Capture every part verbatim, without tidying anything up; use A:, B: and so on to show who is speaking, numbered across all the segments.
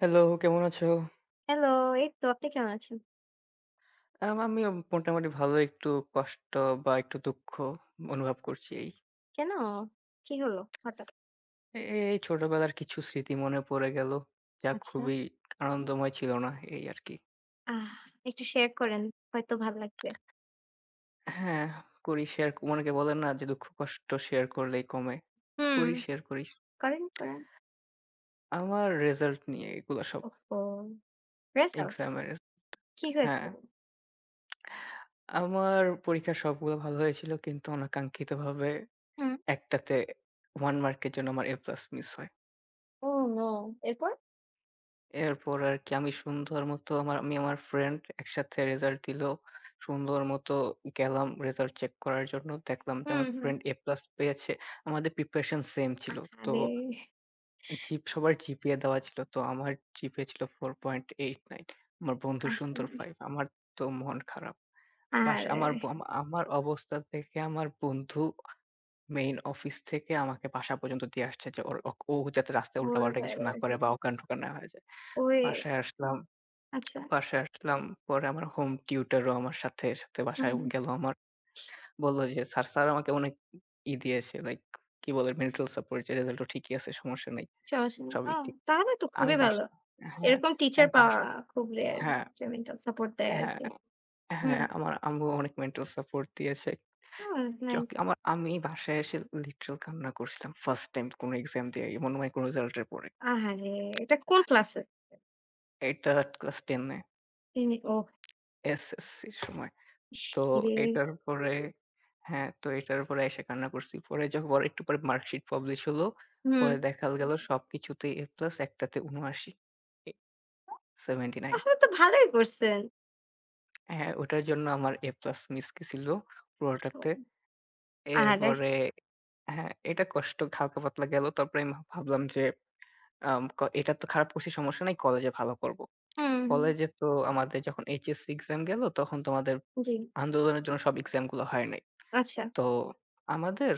A: Hello, কেমন আছো?
B: Hello, এই তো আপনি কেমন আছেন?
A: আম আমিও মোটামুটি ভালো। একটু কষ্ট বা একটু দুঃখ অনুভব করছি এই।
B: কেন? কি হলো হঠাৎ?
A: এ এই ছোটবেলার কিছু স্মৃতি মনে পড়ে গেল। যা
B: আচ্ছা।
A: খুবই আনন্দময় ছিল না, এই আরকি।
B: আহ একটু শেয়ার করেন, হয়তো ভালো লাগবে।
A: হ্যাঁ, করি শেয়ার অনেকে বলেন না যে দুঃখ কষ্ট শেয়ার করলেই কমে।
B: হুম,
A: করি শেয়ার করি।
B: করেন, করেন।
A: আমার রেজাল্ট নিয়ে এগুলা সব
B: ওহহো! রেজাল্ট?
A: এক্সামের।
B: কি
A: হ্যাঁ,
B: হয়েছিল?
A: আমার পরীক্ষা সবগুলো ভালো হয়েছিল কিন্তু অনাকাঙ্ক্ষিতভাবে
B: হুম।
A: একটাতে এক মার্কের জন্য আমার A+ মিস হয়।
B: Oh no! এরপর?
A: এরপর আরকি আমি সুন্দর মতো আমার আমি আমার ফ্রেন্ড একসাথে রেজাল্ট দিলো। সুন্দর মতো গেলাম রেজাল্ট চেক করার জন্য। দেখলাম যে
B: হুম,
A: আমার
B: হুম।
A: ফ্রেন্ড এ প্লাস পেয়েছে। আমাদের প্রিপারেশন সেম ছিল। তো
B: আহারে!
A: জিপ সবার জিপিএ দেওয়া ছিল। তো আমার জিপিএ ছিল চার দশমিক আট নয়। আমার বন্ধুর সুন্দর
B: আসলে
A: পাঁচ। আমার তো মন খারাপ। বাস
B: আহারে!
A: আমার ব আম- আমার অবস্থা দেখে আমার বন্ধু মেইন অফিস থেকে আমাকে বাসা পর্যন্ত দিয়ে আসছে যে ওর ও ও যাতে রাস্তায়
B: ওর
A: উল্টাপাল্টা কিছু না
B: বাবারে!
A: করে বা অজ্ঞান-টজ্ঞান না হয়ে যায়।
B: ওরে!
A: বাসায় আসলাম
B: আচ্ছা।
A: বাসায় আসলাম। পরে আমার হোম টিউটরও আমার সাথে, সাথে
B: হুম,
A: বাসায়
B: হুম।
A: গেল আমার। বলল যে, "স্যার, স্যার আমাকে অনেক ই দিয়েছে লাইক কি বলে মেন্টাল সাপোর্ট যে রেজাল্টও ঠিকই আছে, সমস্যা নাই।
B: সমস্যা নেই। ও
A: সবই ঠিক।"
B: তাহলে তো
A: আমি
B: খুবই ভালো।
A: বাসা হ্যাঁ,
B: এরকম টিচার
A: আমি বাস
B: পাওয়া খুব রেয়ার
A: হ্যাঁ,
B: যে মেন্টাল সাপোর্ট দেয়
A: হ্যাঁ,
B: আরকি। হুম।
A: হ্যাঁ, আমার আম্মু অনেক মেন্টাল সাপোর্ট দিয়েছে।
B: ওহ
A: যক
B: নাইস।
A: আমার আমি বাসায় এসে লিটারাল কান্না করছিলাম। ফার্স্ট টাইম কোনো এক্সাম দিয়ে মনে হয় কোনো রেজাল্টের পরে।
B: আহারে! এটা কোন ক্লাসে?
A: এটা ক্লাস দশ এ
B: তিনি ওহ
A: এসএসসির সময়। তো
B: ইসরে!
A: এটার পরে হ্যাঁ, তো এটার পরে এসে কান্না করছি। পরে যখন পরে একটু পরে মার্কশিট পাবলিশ হলো।
B: হুম।
A: পরে দেখা গেল। হুম। সবকিছুতেই A প্লাস, একটাতে ঊনআশি এ ঊনআশি।
B: তাহলে তো ভালোই করছেন।
A: হ্যাঁ, ওটার জন্য আমার A প্লাস মিস গেছিল পুরোটাতে।
B: আহারে!
A: এরপরে হ্যাঁ, এটা কষ্ট হালকা পাতলা গেল। তারপরে আমি ভাবলাম যে আম ক এটা তো খারাপ করছি সমস্যা নাই। কলেজে ভালো করব।
B: হুম, হুম।
A: কলেজে তো আমাদের যখন এইচ এস সি এক্সাম গেল তখন তো আমাদের
B: জি।
A: আন্দোলনের জন্য সব এক্সামগুলো হয় নাই।
B: আচ্ছা।
A: তো আমাদের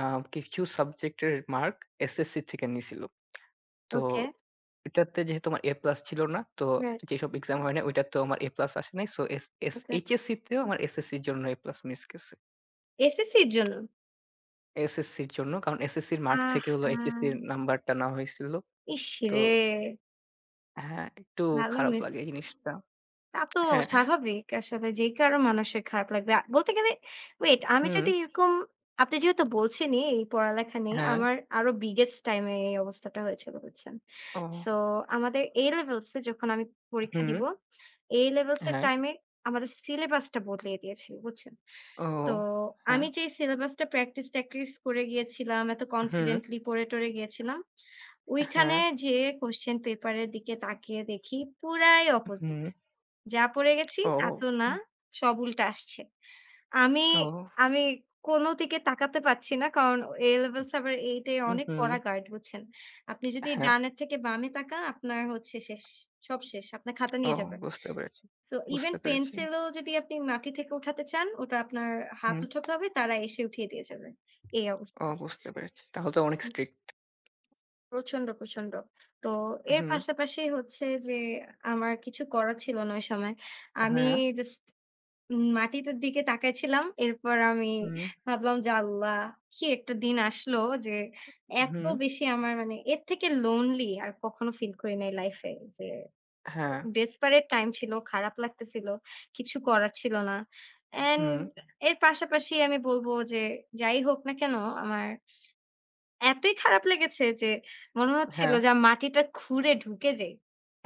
A: আ কিছু সাবজেক্টের মার্ক এসএসসি থেকে নিছিল। তো
B: ওকে।
A: এটাতে যেহেতু আমার এ প্লাস ছিল না, তো
B: রাইট।
A: যেসব এক্সাম হয় না ওইটাতেও আমার এ প্লাস আসে নাই। So S S
B: okay.
A: HSC তেও আমার এসএসসির জন্য এ প্লাস মিস গেছে।
B: এসএসসির জন্য?
A: এসএসসির জন্য কারণ এসএসসির মার্ক থেকে হলো
B: আহা!
A: এইচএসসির নাম্বারটা নেওয়া হয়েছিল। তো
B: ইসরে!
A: হ্যাঁ, একটু
B: ভালো
A: খারাপ
B: মিস
A: লাগে এই জিনিসটা।
B: তা তো
A: হ্যাঁ,
B: স্বাভাবিক আসলে যে কারো মানুষের খারাপ লাগবে। আ বলতে গেলে ওয়েট আমি
A: হুম,
B: যদি এরকম আপনি যেহেতু বলছেনই এই পড়ালেখা নিয়ে
A: হ্যাঁ,
B: আমার আরো বিগেস্ট টাইম এ এই অবস্থাটা হয়েছিল বুঝছেন।
A: ও,
B: সো আমাদের এ লেভেলস এ যখন আমি পরীক্ষা
A: হুম,
B: দিব, এ লেভেলস এর
A: হ্যাঁ,
B: টাইম এ আমাদের সিলেবাসটা বদলিয়ে দিয়েছিল বুঝছেন।
A: ও,
B: তো
A: হ্যাঁ,
B: আমি যে সিলেবাসটা প্র্যাকটিস ট্যাকটিস করে গিয়েছিলাম, এত
A: হুম,
B: কনফিডেন্টলি পড়ে টরে গিয়েছিলাম। ওইখানে
A: হ্যাঁ,
B: যেয়ে কোয়েশ্চেন পেপার এর দিকে তাকিয়ে দেখি পুরাই অপোজিট।
A: হুম,
B: যা পড়ে গেছি তা
A: ও,
B: তো না, সব উল্টা আসছে। আমি
A: ও,
B: আমি কোনো দিকে তাকাতে পারছি না। কারণ A-levels আবার এইট এ লেভেল সাবার এইটে
A: উ
B: অনেক
A: হুম।
B: কড়া গার্ড বুঝছেন? আপনি যদি
A: হ্যাঁ,
B: ডানের থেকে বামে তাকান আপনার হচ্ছে শেষ। সব শেষ। আপনার খাতা
A: ও
B: নিয়ে যাবে।
A: বুঝতে পেরেছি,
B: সো ইভেন
A: বুঝতে পেরেছি।
B: পেন্সিলও যদি আপনি মাটি থেকে উঠাতে চান, ওটা আপনার হাত
A: হুম,
B: উঠাতে হবে, তারা এসে উঠিয়ে দিয়ে যাবে। এই
A: ও
B: অবস্থা।
A: বুঝতে পেরেছি। তাহলে তো অনেক স্ট্রিক্ট।
B: প্রচন্ড, প্রচন্ড। তো এর
A: হুম,
B: পাশাপাশি হচ্ছে যে আমার কিছু করার ছিল না ওই সময়। আমি
A: হ্যাঁ,
B: জাস্ট উম মাটিটার দিকে তাকাইছিলাম। এরপর আমি
A: হুম,
B: ভাবলাম যে, "আল্লাহ! কি একটা দিন আসলো যে, এত
A: হুম,
B: বেশি আমার মানে এর থেকে লোনলি আর কখনো ফিল করি নাই লাইফ এ।" যে
A: হ্যাঁ,
B: ডেসপারেট টাইম ছিল, খারাপ লাগতেছিল, কিছু করার ছিল না। অ্যান্ড
A: হুম,
B: এর পাশাপাশি আমি বলব যে, যাই হোক না কেন আমার এতই খারাপ লেগেছে যে মনে হচ্ছিল
A: হ্যাঁ,
B: যে মাটিটা খুঁড়ে ঢুকে যাই।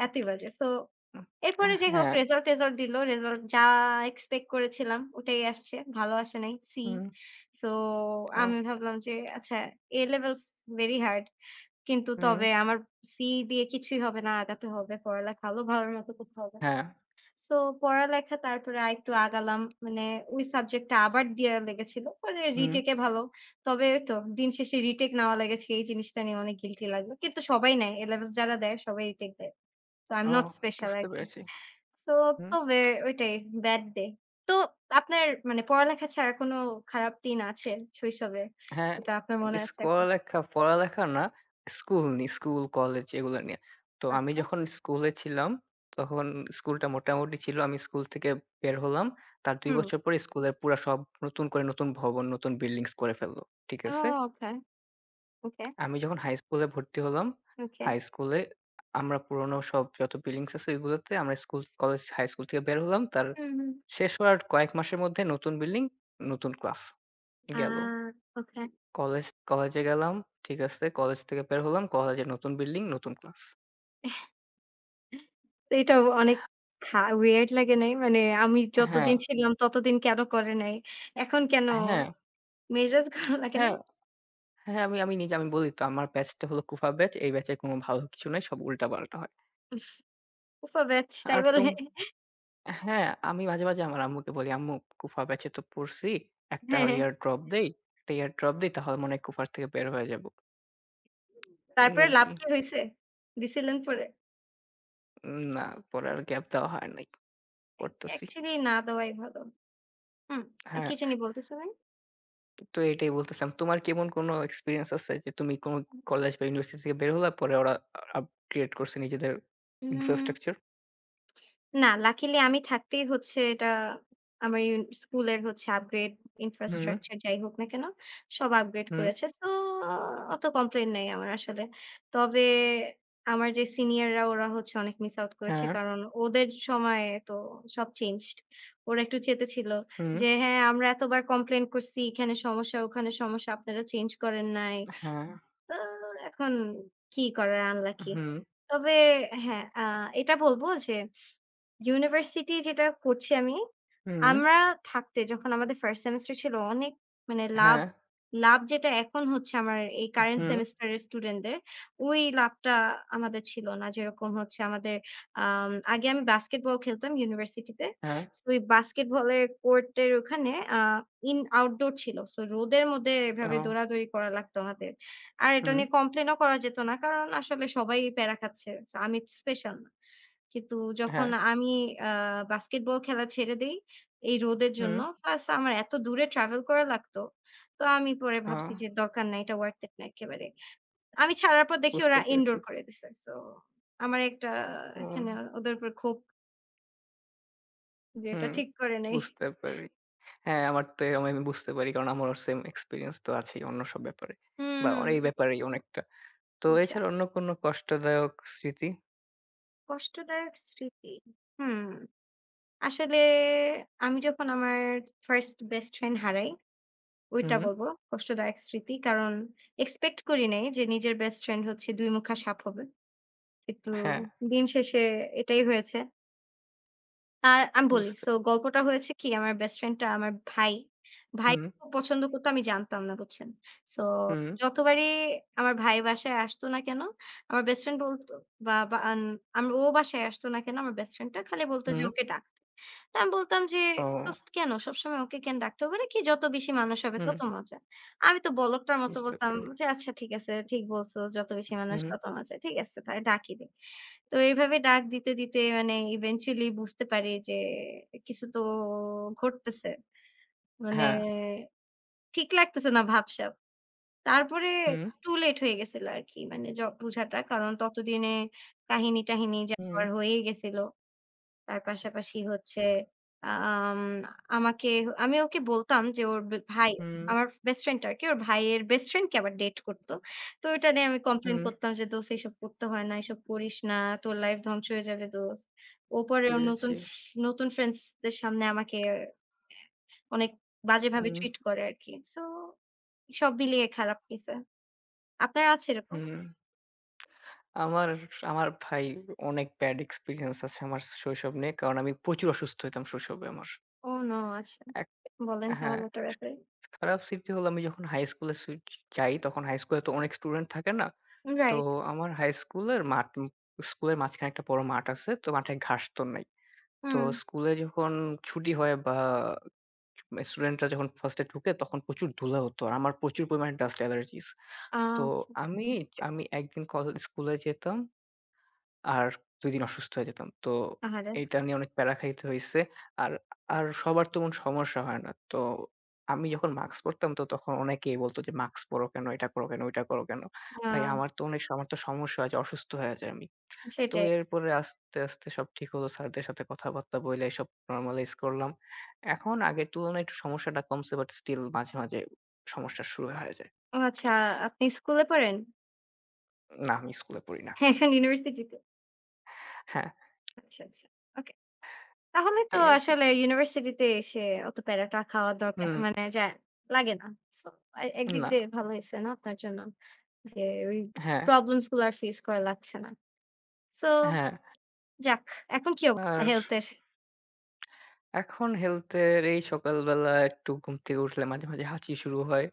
B: এতই বাজে। সো
A: হুম,
B: এরপরে যাই হোক
A: হ্যাঁ,
B: রেজাল্ট টেজাল্ট দিল। রেজাল্ট যা এক্সপেক্ট করেছিলাম ওটাই আসছে। ভালো আসে নাই। সি।
A: হুম,
B: সো
A: ও
B: আমি ভাবলাম যে আচ্ছা এ লেভেলস ভেরি হার্ড। কিন্তু
A: হুম,
B: তবে আমার সি দিয়ে কিছুই হবে না। আগাতে হবে। পড়ালেখা আরো ভালোর মত করতে হবে।
A: হ্যাঁ,
B: সো পড়ালেখা তারপরে আরেকটু আগালাম। মানে ওই সাবজেক্টটা আবার দেয়া লেগেছিল। পরে
A: হুম,
B: রিটেকে ভালো। তবে ওই তো দিন শেষে রিটেক নেওয়া লেগেছে এই জিনিসটা নিয়ে অনেক গিল্টি লাগলো। কিন্তু সবাই নেয়। এ লেভেলস যারা দেয় সবাই রিটেক দেয়। তো I am
A: uh
B: not special
A: বুঝতে
B: আরকি।
A: পেরেছি।
B: So
A: hmm.
B: তবে ওইটাই ব্যাড ডে। তো আপনার মানে পড়ালেখা ছাড়া কোনো খারাপ দিন আছে শৈশবে?
A: হ্যাঁ,
B: যেটা আপনার মনে আছে এখন?
A: স্কলালেখা পড়ালেখা না, স্কুল নি স্কুল, কলেজ এগুলা নিয়ে। তো আমি
B: আচ্ছা।
A: যখন স্কুলে ছিলাম, তখন স্কুলটা মোটামুটি ছিল। আমি স্কুল থেকে বের হলাম। তার দুই
B: হুম।
A: বছর পরে স্কুলের পুরা সব নতুন করে নতুন ভবন, নতুন বিল্ডিংস করে ফেললো। ঠিক
B: ও
A: আছে?
B: ওকে, ওকে,
A: আমি যখন হাই স্কুলে ভর্তি হলাম,
B: ওকে।
A: হাই স্কুলে আমরা পুরনো সব যত বিল্ডিংস আছে ওইগুলোতে আমরা স্কুল, কলেজ, হাই স্কুল থেকে বের হলাম। তার
B: হুম, হুম।
A: শেষ হওয়ার কয়েক মাসের মধ্যে নতুন বিল্ডিং, নতুন ক্লাস
B: আ
A: গেল।
B: ওকে।
A: কলেজ কলেজে গেলাম। ঠিক আছে। কলেজ থেকে বের হলাম। কলেজে নতুন বিল্ডিং, নতুন ক্লাস।
B: এটা অনেক খা weird লাগে নাই? মানে আমি
A: হ্যাঁ,
B: যতদিন ছিলাম ততদিন কেন করে নাই? এখন কেন?
A: আচ্ছা। হ্যাঁ,
B: মেজাজ খারাপ লাগে না?
A: হ্যাঁ, হ্যাঁ, আমি আমি নিজে আমি বলি তো আমার ব্যাচটা হলো কুফা ব্যাচ। এই ব্যাচে কোনো ভালো কিছু নাই। সব উল্টা-পাল্টা হয়।
B: ফুফা ব্যাচ তাই
A: আর
B: বলে?
A: তুম হ্যাঁ, আমি মাঝে, মাঝে আমার আম্মুকে বলি, "আম্মু কুফা ব্যাচে তো পড়ছি। একটা
B: হ্যাঁ, হ্যাঁ।
A: ইয়ার ড্রপ দেই, একটা ইয়ার ড্রপ দেই তাহলে মনে হয় কুফার থেকে বের হয়ে যাবো।" এই
B: তারপরে লাভ
A: আরকি।
B: কি হইছে? দিছিলেন পরে?
A: উম না পরে আর গ্যাপ দেওয়া হয় নাই।
B: অ্যাক
A: পড়তেছি।
B: অ্যাকচুয়ালি না দেওয়াই ভালো। হুম, আ
A: হ্যাঁ।
B: কি জানি বলতেছিলেন?
A: তো এটাই বলতেছিলাম। তোমার কেমন কোনো এক্সপেরিয়েন্স আছে যে তুমি কোনো কলেজ বা ইউনিভার্সিটি থেকে বের হলা, পরে ওরা আপগ্রেড করছে নিজেদের
B: উম
A: ইনফ্রাস্ট্রাকচার?
B: না, লাকিলি আমি থাকতেই হচ্ছে এটা আমার ইউন স্কুলের হচ্ছে আপগ্রেড
A: হুম,
B: ইনফ্রাস্ট্রাকচার যাই হোক না কেন, সব আপগ্রেড
A: হুম,
B: করেছে। সো অত কমপ্লেইন নাই আমার আসলে। তবে আমার যে সিনিয়ররা ওরা হচ্ছে অনেক মিস আউট করেছে।
A: হ্যাঁ,
B: কারণ ওদের সময়ে তো সব চেঞ্জড। ওরা একটু চেতে ছিল
A: হুম,
B: যে, "হ্যাঁ, আমরা এতবার কমপ্লেইন করছি, এখানে সমস্যা, ওখানে সমস্যা, আপনারা চেঞ্জ করেন নাই।"
A: হ্যাঁ,
B: তো এখন কি করার আনলাকি।
A: হুম,
B: তবে হ্যাঁ, আ এটা বলব যে ইউনিভার্সিটি যেটা করছি আমি,
A: হুম,
B: আমরা থাকতে যখন আমাদের ফার্স্ট সেমেস্টার ছিল অনেক মানে লাভ,
A: হ্যাঁ,
B: লাভ যেটা এখন হচ্ছে আমার এই কারেন্ট
A: হুম,
B: সেমেস্টারের স্টুডেন্টদের, ওই লাভটা আমাদের ছিল না। যেরকম হচ্ছে আমাদের আম আগে আমি বাস্কেটবল খেলতাম ইউনিভার্সিটিতে।
A: হ্যাঁ,
B: সো ওই বাস্কেটবলের কোর্টের ওখানে আ ইন আউটডোর ছিল। সো রোদের মধ্যে এভাবে
A: ও,
B: দৌড়াদৌড়ি করা লাগতো আমাদের। আর এটা
A: হুম,
B: নিয়ে কমপ্লেইনও করা যেত না। কারণ আসলে সবাই প্যারা খাচ্ছে। সো আমি স্পেশাল না। কিন্তু যখন
A: হ্যাঁ,
B: আমি আ বাস্কেটবল খেলা ছেড়ে দেই এই রোদের জন্য,
A: হুম,
B: প্লাস আমার এত দূরে ট্রাভেল করা লাগতো। তো আমি পরে
A: ও,
B: ভাবছি যে দরকার নাই এটা worth it না একেবারে। আমি ছাড়ার পর দেখি
A: বুঝতে
B: ওরা
A: পেরেছি।
B: ইনডোর করে দিছে। সো আমার একটা
A: ও,
B: এখানে ওদের উপর ক্ষোভ যে এটা
A: হুম,
B: ঠিক করে নাই।
A: বুঝতে পারি। হ্যাঁ, আমার তো এরকম আমি বুঝতে পারি। কারণ আমারও সেম এক্সপেরিয়েন্স তো আছেই অন্য সব ব্যাপারে
B: হুম,
A: বা অ
B: হুম।
A: এই ব্যাপারেই অনেকটা। তো
B: আচ্ছা।
A: এছাড়া অন্য কোনো কষ্টদায়ক স্মৃতি?
B: কষ্টদায়ক স্মৃতি। হুম, আসলে আমি যখন আমার ফার্স্ট বেস্ট ফ্রেন্ড হারাই ওইটা
A: হুম,
B: বলব, কষ্টদায়ক স্মৃতি। কারণ এক্সপেক্ট করি নাই যে নিজের বেস্ট ফ্রেন্ড হচ্ছে দুই মুখা সাপ হবে। কিন্তু
A: হ্যাঁ।
B: দিন শেষে এটাই হয়েছে। আর আমি বলি
A: বুঝতে
B: সো গল্পটা হয়েছে কি আমার বেস্ট ফ্রেন্ড টা আমার ভাই। ভাই
A: হুম,
B: খুব পছন্দ করত আমি জানতাম না বুঝছেন। সো
A: হুম,
B: যতবারই আমার ভাই বাসায় আসতো না কেন, আমার বেস্ট ফ্রেন্ড বলত বা, বা আন আম ও বাসায় আসতো না কেন আমার বেস্ট ফ্রেন্ড টা খালি বলত যে,
A: হুম।
B: "ওকে ডাক।" আমি বলতাম যে,
A: ও
B: "দোস্ত কেন? সবসময় ওকে কেন ডাকতে হবে নাকি যত বেশি মানুষ হবে
A: হুম,
B: তত মজা।" আমি তো বলদটার মতো
A: বুঝতে
B: বলতাম
A: পেরে
B: যে, "আচ্ছা ঠিক আছে, ঠিক বলছো। যত বেশি মানুষ
A: হুম,
B: তত মজা। ঠিক আছে তাহলে ডাকি দেই।" তো এইভাবে ডাক দিতে, দিতে মানে ইভেনচুয়ালি বুঝতে পারি যে কিছু তো ঘটতেছে। মানে
A: হ্যাঁ।
B: ঠিক লাগতেছে না ভাবসাব। তারপরে
A: হুম,
B: টু লেট হয়ে গেছিল আরকি মানে য বুঝাটা। কারণ ততদিনে কাহিনী-টাহিনী যা
A: হুম,
B: হওয়ার হয়েই গেছিল। তার পাশাপাশি হচ্ছে আম আমাকে আমি ওকে বলতাম যে ওর বে ভাই
A: হুম,
B: আমার বেস্ট ফ্রেন্ড টা আরকি। ওর ভাইয়ের বেস্ট ফ্রেন্ড কে আবার ডেট করত। তো এটা নিয়ে আমি কমপ্লেইন
A: হুম,
B: করতাম যে, "দোস্ত এসব করতে হয় না, এসব করিস না। তোর লাইফ ধ্বংস হয়ে যাবে দোস্ত।" ও পরে ওর নতুন,
A: বুঝেছি।
B: নতুন ফ্রেন্ডস দের সামনে আমাকে অনেক বাজেভাবে
A: হুম,
B: ট্রিট করে আরকি। সো সব মিলিয়ে খারাপ গেছে। আপনার আছে এরকম?
A: হুম। আমার আমার ভাই অনেক ব্যাড এক্সপেরিয়েন্স আছে আমার শৈশব নিয়ে। কারণ আমি প্রচুর অসুস্থ হইতাম শৈশবে আমার।
B: Oh no! আচ্ছা।
A: এক
B: বলেন
A: হ্যাঁ,
B: তাহলে এটার ব্যাপারে।
A: খারাপ স্মৃতি হলো আমি যখন হাই স্কুলে সুই যাই তখন হাই স্কুলে তো অনেক স্টুডেন্ট থাকে না? তো
B: রাইট।
A: আমার হাই স্কুলের মাঠ স্কুলের মাঝখানে একটা বড় মাঠ আছে। তো মাঠে ঘাস তো নাই। তো
B: হুম।
A: স্কুলে যখন ছুটি হয় বা স্টুডেন্টরা যখন ফার্স্টে ঢুকে তখন প্রচুর ধুলা হতো। আর আমার প্রচুর পরিমাণে ডাস্ট অ্যালার্জিস। তো
B: আচ্ছা।
A: আমি আমি একদিন কল স্কুলে যেতাম আর দুই দিন অসুস্থ হয়ে যেতাম। তো
B: আহারে!
A: এইটা নিয়ে অনেক প্যারা খাইতে হইছে। আর আর সবার তেমন সমস্যা হয় না। তো আমি যখন মাস্ক পরতাম তো তখন অনেকেই বলত যে, "মাস্ক পরো কেন? এটা করো কেন? ওইটা করো কেন?"
B: আ
A: ভাই আমার তো অনেক আমার তো সমস্যা হয় যে অসুস্থ হয়ে যাই আমি। তো
B: সেটাই।
A: এরপরে আস্তে, আস্তে সব ঠিক হলো। স্যারদের সাথে কথাবার্তা বইলা এসব নরমালাইজ করলাম। এখন আগের তুলনায় একটু সমস্যাটা কমছে বাট স্টিল মাঝে, মাঝে সমস্যা শুরু হয়ে যায়।
B: ও আচ্ছা, আপনি স্কুলে পড়েন?
A: না আমি স্কুলে পড়ি না।
B: হ্যাঁ, এখন ইউনিভার্সিটিতে?
A: হ্যাঁ,
B: আচ্ছা, আচ্ছা। ওকে। তাহলে তো
A: এই আরকি।
B: আসলে ইউনিভার্সিটিতে এসে অত প্যারাটা খাওয়ার দরকার
A: হুম,
B: মানে যায় লাগে না। সো এ একদিক
A: না।
B: দিয়ে ভালো হইছে না আপনার জন্য? যে ওই
A: হ্যাঁ,
B: প্রবলেমস গুলো আর ফেস করা লাগছে না। সো
A: হ্যাঁ।
B: যাক, এখন কি অবস্থা
A: আর
B: হেলথ এর?
A: এখন হেলথের এই সকালবেলা একটু ঘুম থেকে উঠলে মাঝে, মাঝে হাঁচি শুরু হয়।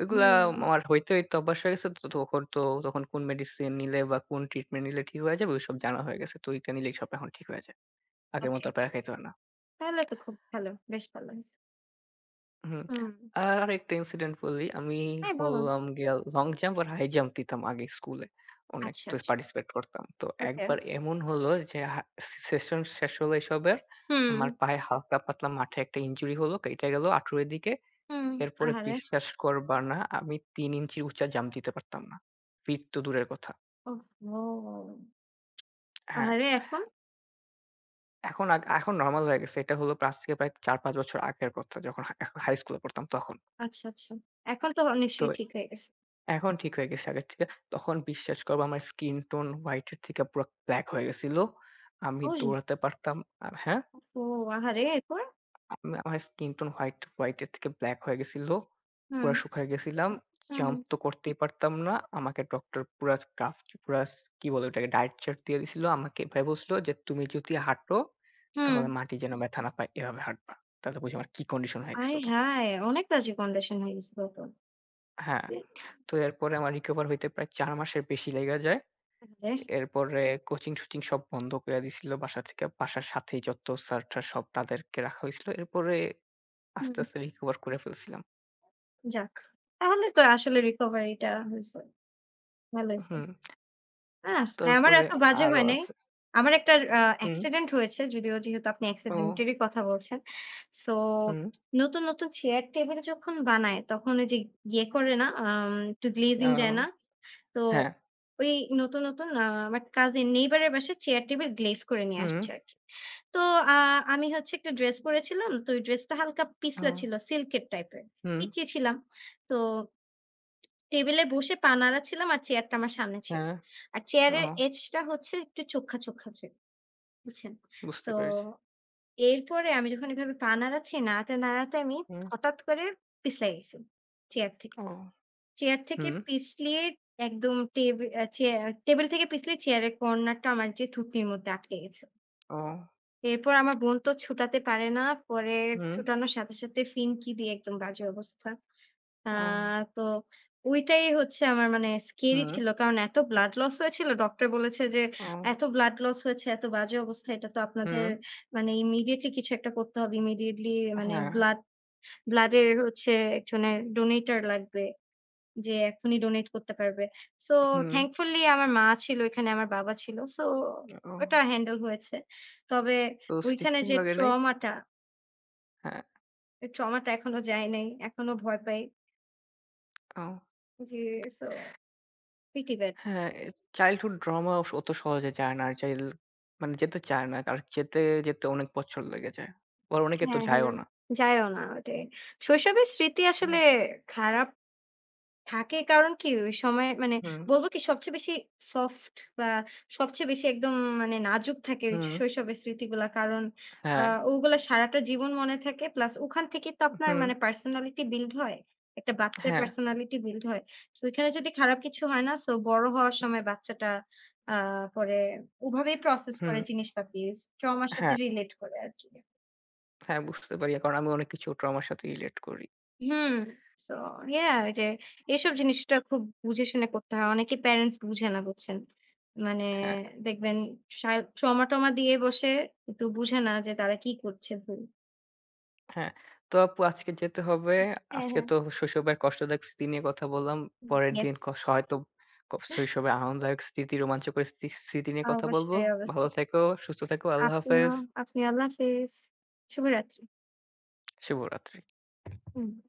A: ওইগুলা
B: হুম,
A: আমার হইতে, হইতে অভ্যাস হয়ে গেছে। তো তখন তো তখন কোন মেডিসিন নিলে বা কোন ট্রিটমেন্ট নিলে ঠিক হয়ে যাবে ওইসব জানা হয়ে গেছে। তো ওইটা নিলেই সব এখন ঠিক হয়ে যায়। আগের মতো
B: ওকে।
A: আর প্যারা খাইতে হয় না।
B: তাহলে তো খুব ভালো। বেশ ভালো হইছে।
A: হুম।
B: হুম।
A: আর আরেকটা ইনসিডেন্ট বলি। আমি
B: হ্যাঁ, বলুন।
A: হলাম গিয়া লং জাম্প আর হাই জাম্প দিতাম আগে স্কুলে। অনেক
B: আচ্ছা,
A: তো
B: আচ্ছা।
A: পার্টিসিপেট করতাম। তো
B: ওকে।
A: একবার এমন হলো যে হা সেশন শেষ হলো এসবের।
B: হুম,
A: আমার পায়ে হালকা পাতলা মাঠে একটা ইনজুরি হলো। কেটে গেল হাঁটুর দিকে।
B: হুম।
A: এরপরে
B: আহারে!
A: বিশ্বাস করবা না আমি তিন ইঞ্চি উঁচা জাম্প দিতে পারতাম না। ফিট তো দূরের কথা।
B: ওহহো!
A: হ্যাঁ,
B: আহারে! এখন?
A: এখন আ এখন নরমাল হয়ে গেছে। এটা হলো আজ থেকে প্রায় চার পাঁচ বছর আগের কথা। যখন হা হাই স্কুলে পড়তাম তখন।
B: আচ্ছা, আচ্ছা। এখন তো
A: তো
B: নিশ্চয়ই ঠিক হয়ে গেছে।
A: এখন ঠিক হয়ে গেছে আগের থেকে। তখন বিশ্বাস করবা আমার স্কিন টোন হোয়াইট এর থেকে পুরা ব্লাক হয়ে গেছিল। আমি
B: অবশেষে।
A: দৌড়াতে পারতাম আ হ্যাঁ?
B: ওহো! আহারে! এরপর?
A: আমি আমার স্কিন টোন হোয়াইট, হোয়াইট এর থেকে ব্লাক হয়ে গেছিল।
B: হুম,
A: পুরা শুকায় গেছিলাম।
B: হুম,
A: জাম্প তো করতেই পারতাম না। আমাকে ডক্টর পুরা কাফ পুরা কি বলে ওটাকে ডায়েট চার্ট দিয়ে দিছিল। আমাকে এভাবে বলছিল যে, "তুমি যদি হাঁটো
B: হুম।
A: তাহলে মাটি যেন ব্যথা না পায় এভাবে হাঁটবা।" তাহলে বুঝি আমার কি কন্ডিশন হয়ে গেছিল
B: আয়
A: তখন।
B: হায়! অনেক বাজে কন্ডিশন হয়ে গেছিল তো।
A: হ্যাঁ,
B: এ
A: তো এরপরে আমার রিকভার হইতে প্রায় চার মাসের বেশি লেগা যায়।
B: আহারে!
A: এরপরে কোচিং-টোচিং সব বন্ধ কইরা দিছিল বাসা থেকে। বাসার সাথেই যত স্যার-ট্যার সব তাদেরকে রাখা হইছিল। এরপরে
B: হুম,
A: আস্তে, আস্তে রিকভার করে ফেলছিলাম।
B: যাক। তাহলে তো আসলে recovery টা হইছে। ভালো হইছে।
A: হুম,
B: আহ! হ্যাঁ, আমার
A: তারপরে
B: এত বাজে
A: আরো
B: হয় নাই।
A: আছে।
B: আমার একটা আ
A: হুম,
B: অ্যাক্সিডেন্ট হয়েছে যদিও যেহেতু আপনি
A: ও,
B: অ্যাক্সিডেন্টেরই কথা বলছেন। সো
A: হুম,
B: নতুন, নতুন চেয়ার টেবিল যখন বানায় তখন ওই যে ইয়ে করে না আম একটু গ্লেজিং দেয়
A: আম
B: না? তো
A: হ্যাঁ,
B: ওই নতুন, নতুন আ আমার কাজিন নেইবার এর বাসায় চেয়ার টেবিল গ্লেজ করে নিয়ে
A: হুম,
B: আসছে আরকি। তো আ আমি হচ্ছে একটা ড্রেস পড়েছিলাম। তো ওই ড্রেসটা হালকা পিছলা
A: ও,
B: ছিল সিল্কের টাইপের।
A: হুম,
B: পিচ্চি ছিলাম। তো টেবিলে বসে পা নাড়াচ্ছিলাম আর চেয়ারটা আমার সামনে ছিল।
A: হ্যাঁ,
B: আর চেয়ারের
A: ও,
B: এজটা হচ্ছে একটু চোখ্খা, চোখ্খা ছিল। বুঝছেন?
A: বুঝতে
B: তো
A: পেরেছি।
B: এরপরে আমি যখন এভাবে পা নাড়াচ্ছি, নাড়াতে, নাড়াতে আমি
A: হুম,
B: হঠাৎ করে পিছলাই গেছি চেয়ার থেকে।
A: ও,
B: চেয়ার থেকে
A: হুম,
B: পিছলিয়ে একদম টেব আ চেয়া টেবিল থেকে পিছলিয়ে চেয়ারের কর্নারটা আমার যে থুতনির মধ্যে আটকে গেছে।
A: ও,
B: এরপর আমার বোন তো ছুটাতে পারে না। পরে
A: হুম,
B: ছুটানোর সাথে, সাথে ফিনকি দিয়ে একদম বাজে অবস্থা। আ
A: ও,
B: তো ওইটাই হচ্ছে আমার মানে স্কেরি
A: হুম,
B: ছিল। কারণ এত ব্লাড লস হয়েছিল। ডক্টর বলেছে যে,
A: ও,
B: "এত ব্লাড লস হয়েছে, এত বাজে অবস্থা। এটা তো আপনাদের
A: হুম,
B: মানে ইমিডিয়েটলি কিছু একটা করতে হবে। ইমিডিয়েটলি মানে
A: হ্যাঁ,
B: ব্লাড ব্লাড এর হচ্ছে একজনের ডোনেটর লাগবে।" যে এখনই ডোনেট করতে পারবে। সো
A: হুম,
B: থ্যাঙ্কফুলি আমার মা ছিল এখানে, আমার বাবা ছিল। সো
A: ও,
B: ওটা হ্যান্ডেল হয়েছে। তবে
A: তো
B: ওইখানে
A: স্টিচিং
B: যে
A: লাগে নাই?
B: ট্রমাটা,
A: হ্যাঁ,
B: ওই ট্রমাটা এখনো যায় নাই। এখনো ভয় পাই।
A: ও।
B: যে সো প্রিটি ব্যাড।
A: হ্যাঁ, এ চাইল্ডহুড ড্রামা অস অত সহজে যায় না। আর চাইল মানে যেতে চায় না। আর যেতে, যেতে অনেক বছর লেগে যায়। আবার অনেকে তো
B: হ্যাঁ,
A: যায়ও
B: হ্যাঁ।
A: না।
B: যায়ও না ওটাই। শৈশবের স্মৃতি
A: হুম,
B: আসলে খারাপ থাকে কারণ কি ওই সময় মানে
A: হুম,
B: বলব কি সবচেয়ে বেশি সফট বা সবচেয়ে বেশি একদম মানে নাজুক থাকে ওই
A: হুম,
B: শৈশবের স্মৃতিগুলা। কারণ আ
A: হ্যাঁ,
B: ওগুলা সারাটা জীবন মনে থাকে। প্লাস ওখান থেকেই তো আপনার
A: হুম,
B: মানে পার্সোনালিটি বিল্ড হয়। একটা বাচ্চার
A: হ্যাঁ,
B: পার্সোনালিটি বিল্ড হয়। সো এখানে যদি খারাপ কিছু হয় না সো বড় হওয়ার সময় বাচ্চাটা আ পরে ওভাবেই প্রসেস
A: হুম,
B: করে জিনিসপাতি। ট্রমার সাথে
A: হ্যাঁ,
B: রিলেট করে আরকি।
A: হ্যাঁ, বুঝতে পারি। কারণ আমি অনেক কিছু ট্রমার সাথে রিলেট করি।
B: হুম। সো ইয়া ওই যে এসব জিনিসটা খুব বুঝে শুনে করতে হয়। অনেকে প্যারেন্টস বুঝে না বুঝছেন। মানে
A: হ্যাঁ,
B: দেখবেন সা ট্রমা-টমা দিয়ে বসে একটু বুঝে না যে তারা কি করছে ভুল।
A: হ্যাঁ। তো আপু আজকে যেতে হবে।
B: হ্যাঁ,
A: আজকে
B: হ্যাঁ।
A: তো শৈশবের কষ্টদায়ক স্মৃতি নিয়ে কথা বললাম।
B: হুম।
A: পরের দিন
B: ইয়েস।
A: কস হয়তো ক শৈশবের আনন্দদায়ক স্মৃতি, রোমাঞ্চকর স্তি স্মৃতি নিয়ে কথা বলব।
B: অবশ্যই,
A: ভালো
B: অবশ্যই।
A: থেকো, সুস্থ থেকো। আল্লাহ
B: আপনিও
A: হাফেজ।
B: আপনি আল্লাহ হাফেজ। শুভরাত্রি।
A: শুভরাত্রি।
B: হুম।